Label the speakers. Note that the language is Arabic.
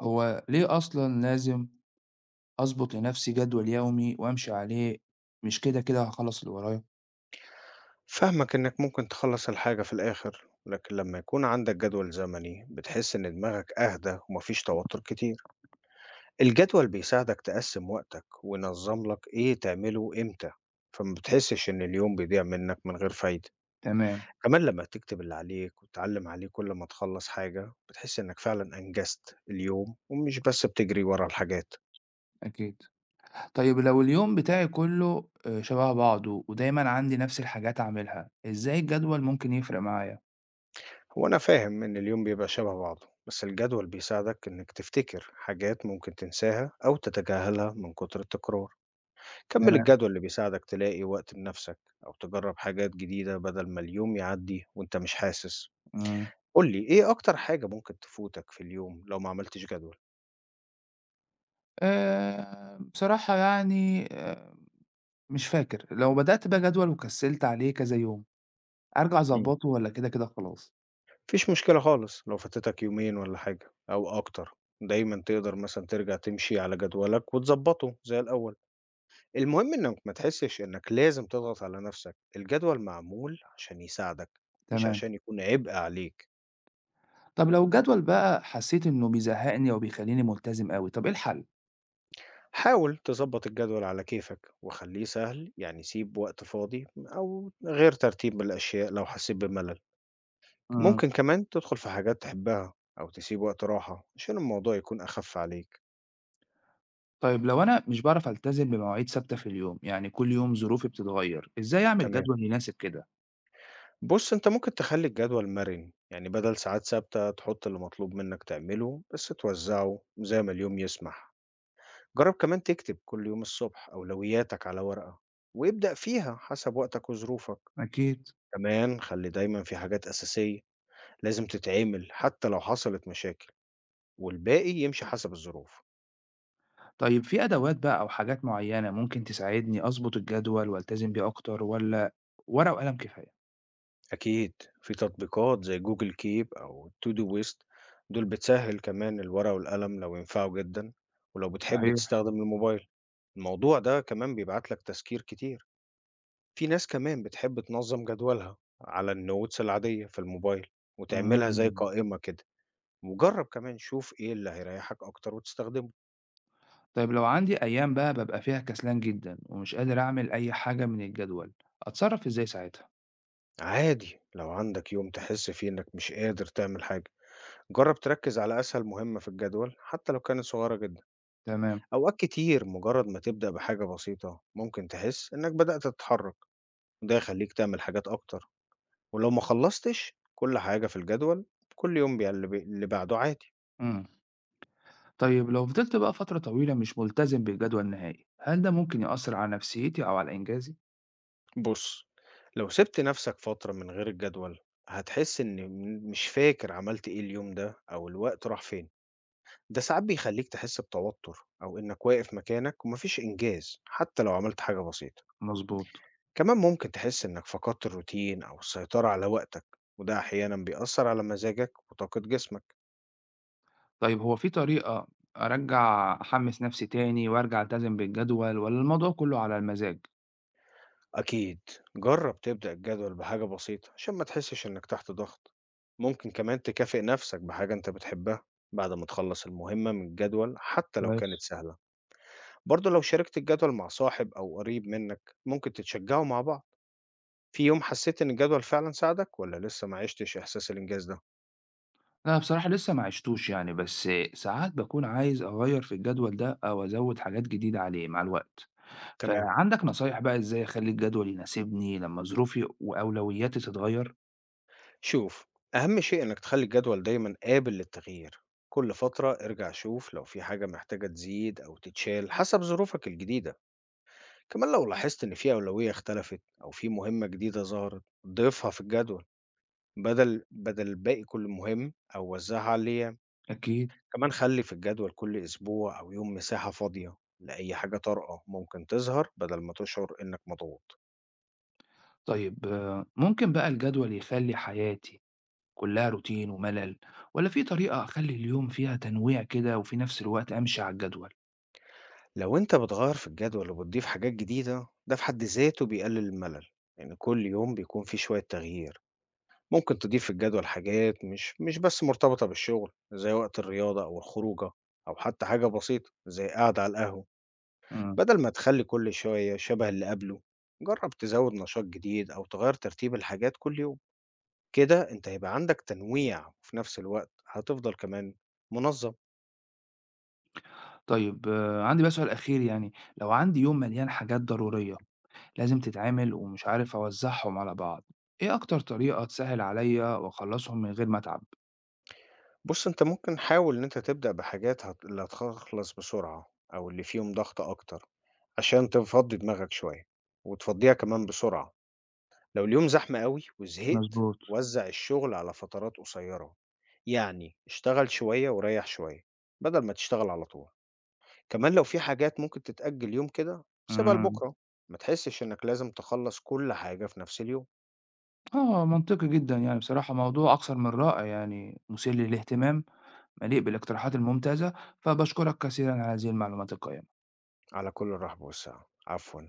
Speaker 1: هو ليه أصلًا لازم أضبط لنفسي جدول يومي وأمشي عليه، مش كده، كده هاخلّص اللي ورايا؟
Speaker 2: فاهمك إنك ممكن تخلص الحاجة في الآخر، لكن لما يكون عندك جدول زمني بتحس إن دماغك أهدى ومفيش توتر كتير، الجدول بيساعدك تقسم وقتك وينظم لك إيه تعمله إمتى، فما بتحسش إن اليوم بيضيع منك من غير فايدة،
Speaker 1: تمام،
Speaker 2: كمان لما تكتب اللي عليك وتتعلم عليه كل ما تخلص حاجة بتحس إنك فعلا أنجزت اليوم ومش بس بتجري ورا الحاجات.
Speaker 1: أكيد. طيب لو اليوم بتاعي كُلّه شَبه بعضه ودايمًا عندي نفس الحاجات أعملها، إزاي الجدول ممكن يفرق معايا؟
Speaker 2: هو أنا فاهم إن اليوم بيبقى شبه بعضه بس الجدول بيساعدك إنك تفتكر حاجات ممكن تنساها أو تتجاهلها من كتر التكرار، كمل
Speaker 1: تمام،
Speaker 2: الجدول اللي بيساعدك تلاقي وقت لنفسك أو تجرب حاجات جديدة بدل ما اليوم يعدي وإنت مش حاسس.
Speaker 1: إمم.
Speaker 2: قولي إيه أكتر حاجة ممكن تفوتك في اليوم لو ما عملتش جدول؟
Speaker 1: بصراحة يعني مش فاكر، لو بدأت بقى جدول وكسّلت عليه كذا يوم، أرجع
Speaker 2: مم.
Speaker 1: أضبّطه والّا كده، كده خلاص؟
Speaker 2: مفيش مشكلة خالص لو فاتتك يومين ولا حاجة أو أكتر، دايما تقدر مثلا ترجع تمشي على جدولك وتظبطه زي الأول. المهم إنك ما تحسّش إنك لازم تضغط على نَفْسك، الجدول معمول عشان يساعدك مش
Speaker 1: تمام.
Speaker 2: عشان يكون عبء عليك.
Speaker 1: طب لو الجدول بقى حسّيت إنه بيزهّقني أو بيخلّيني ملتزم أوي، طب إيه الحل؟
Speaker 2: حاول تضبّط الجدول على كيفك وخلّيه سهل، يعني سيب وقت فاضي أو غير ترتيب الأشياء لو حسّيت بملل.
Speaker 1: إمم.
Speaker 2: ممكن كمان تدخُل في حاجات تحبّها أو تسيب وقت راحة عشان الموضوع يكون أخَف عليك.
Speaker 1: طيب لو أنا مش باعرف ألتزم بمواعيد ثابتة في اليوم، يعني كل يوم ظروفي بتتغير، إزاي أعمل
Speaker 2: تمام.
Speaker 1: جدول يناسب كده؟
Speaker 2: بُص، أنت ممكن تخلّي الجدول مَرِن، يعني بدل ساعات ثابتة تحُط اللي مطلوب منّك تعمله بس توزّعه زي ما اليوم يسمح. جرب كمان تكتب كل يوم الصبح أولوياتك على ورقة، وابدأ فيها حسب وقتك وظروفك.
Speaker 1: أكيد.
Speaker 2: كمان خلي دايما في حاجات أساسية لازم تتعمل حتى لو حصلت مشاكل، والباقي يمشي حسب الظروف.
Speaker 1: طيب في أدوات بقى أو حاجات معينة ممكن تساعدني أضبط الجدول وألتزم بيه أكتر ولا ورقة وقلم كفاية؟
Speaker 2: أكيد، في تطبيقات زي جوجل كيب أو تو دو ويست، دول بتسهل كمان الورقة والقلم لو ينفعوا جدا، ولو بتحب
Speaker 1: صحيح.
Speaker 2: تستخدم الموبايل الموضوع ده كمان بيبعت لك تذكير كتير. في ناس كمان بتحب تنظم جدولها على النوتس العادية في الموبايل وتعملها زي
Speaker 1: إمم.
Speaker 2: قائمة كده. وجرب كمان شوف ايه اللي هيريحك اكتر وتستخدمه.
Speaker 1: طيب لو عندي أيام بقى بابقى فيها كسلان جدًا ومش قادر أعمل أي حاجة من الجدول، أتصرف إزاي ساعتها؟
Speaker 2: عادي لو عندك يوم تحس فيه انك مش قادر تعمل حاجة، جرب تركز على اسهل مهمة في الجدول حتى لو كانت صغيرة جدا.
Speaker 1: تمام.
Speaker 2: اوقات كتير مجرد ما تبدأ بحاجة بسيطة ممكن تحس انك بدأت تتحرك، وده يخليك تعمل حاجات اكتر. ولو ما خلصتش كل حاجة في الجدول كل يوم بيبقى اللي بعده عادي.
Speaker 1: إمم. طيب لو فضلت بقى فترة طويلة مش ملتزم بالجدول نهائي، هل ده ممكن يأثر على نفسيتي أو على إنجازي؟
Speaker 2: بُص، لو سِبت نَفْسك فترة من غير الجدول، هتحس إن مش فاكر عملت إيه اليوم ده أو الوقت راح فين. ده ساعات بيخلّيك تحس بتوتر أو إنّك واقف مكانك وما فيش إنجاز حتى لو عملت حاجة بسيطة.
Speaker 1: مضبوط.
Speaker 2: كمان ممكن تحس إنّك فقدت الروتين أو السيطرة على وقتك، وده أحيانًا بيأثّر على مزاجك وطاقة جسمك.
Speaker 1: طيب هو في طريقة أرجّع أحمّس نَفْسي تاني وأرجع ألتزم بالجدول والّا الموضوع كُلّه على المزاج؟
Speaker 2: أكيد، جرب تبدأ الجدول بحاجة بسيطة عشان ما تحسش إنك تحت ضغط. ممكن كمان تكافئ نفسك بحاجة أنت بتحبها بعد ما تخلص المهمة من الجدول حتى لو كانت
Speaker 1: كويس.
Speaker 2: سهلة. برضه لو شاركت الجدول مع صاحب أو قريب منك ممكن تتشجعوا مع بعض. في يوم حسيت إن الجدول فعلا ساعدك ولا لسه ما عشتش إحساس الإنجاز ده؟
Speaker 1: أنا بصراحة لسه ما عِشتوش يعني، بس ساعات باكون عايز أغيّر في الجدول ده أو أزوّد حاجات جديدة عليه مع الوقت،
Speaker 2: تمام.
Speaker 1: فعندك نصايح بقى إزاي أخلّي الجدول يناسبني لمّا ظروفي وأولوياتي تتغيّر؟
Speaker 2: شوف، أهم شيء إنك تخلي الجدول دايما قابل للتغيير. كل فترة ارجع شوف لو في حاجة محتاجة تزيد أو تتشال حسب ظروفك الجديدة. كمان لو لاحظت إن في أولوية اختلفت أو في مهمة جديدة ظهرت ضيفها في الجدول بدل باقي كل مهم أو وزعها على الأيام.
Speaker 1: أكيد.
Speaker 2: كمان خلي في الجدول كل أسبوع أو يوم مساحة فاضية لأي حاجة طارئة ممكن تظهر بدل ما تشعر إنك مضغوط.
Speaker 1: طيب آه، ممكن بقى الجدول يخلّي حياتي كُلّها روتين وملل والّا في طريقة أخلّي اليوم فيها تنويع كده وفي نَفْس الوقت أمشي على الجدول؟
Speaker 2: لو أنت بتغير في الجدول وبتضيف حاجات جديدة ده في حد ذاته بيقلل الملل، لأن كل يوم بيكون فيه شوية تغيير. ممكن تضيف في الجدول حاجات مش بس مرتبطة بالشغل زي وقت الرياضة أو الخروجة، أو حتى حاجة بسيطة زي قاعدة على القهوة.
Speaker 1: إمم.
Speaker 2: بدل ما تخلي كل شوية شبه اللي قبله، جرب تزود نشاط جديد أو تغير ترتيب الحاجات كل يوم. كده انت هيبقى عندك تنويع وفي نفس الوقت هتفضل كمان منظم.
Speaker 1: طيب عندي بقى سؤال أخير يعني، لو عندي يوم مليان حاجات ضرورية لازم تتعمل ومش عارف أوزّعهم على بعض، إيه أكتر طريقة تسهّل عليّا وأخلّصهم من غير ما أتعب؟
Speaker 2: بص انت ممكن حاول ان انت تبدأ بحاجات اللي هتخلص بسرعة أو اللي فيهم ضغط أكتر، عشان تفضي دماغك شوية وتفضيها كمان بسرعة. لو اليوم زحمة قوي وزهقت
Speaker 1: مضبوط،
Speaker 2: وزع الشغل على فترات قصيرة، يعني اشتغل شوية وريح شوية بدل ما تشتغل على طول. كمان لو في حاجات ممكن تتأجل يوم كده سيبها
Speaker 1: إمم،
Speaker 2: لبكرة، ما تحسش إنك لازم تخلص كل حاجة في نفس اليوم.
Speaker 1: آه، منطقي جدًا يعني بصراحة موضوع أكثر من رائع يعني مثير للاهتمام، مليء بالاقتراحات الممتازة، فباشكرك كثيرًا على هذه المعلومات القيّمة.
Speaker 2: على كل الرحب والسعة، عفوا.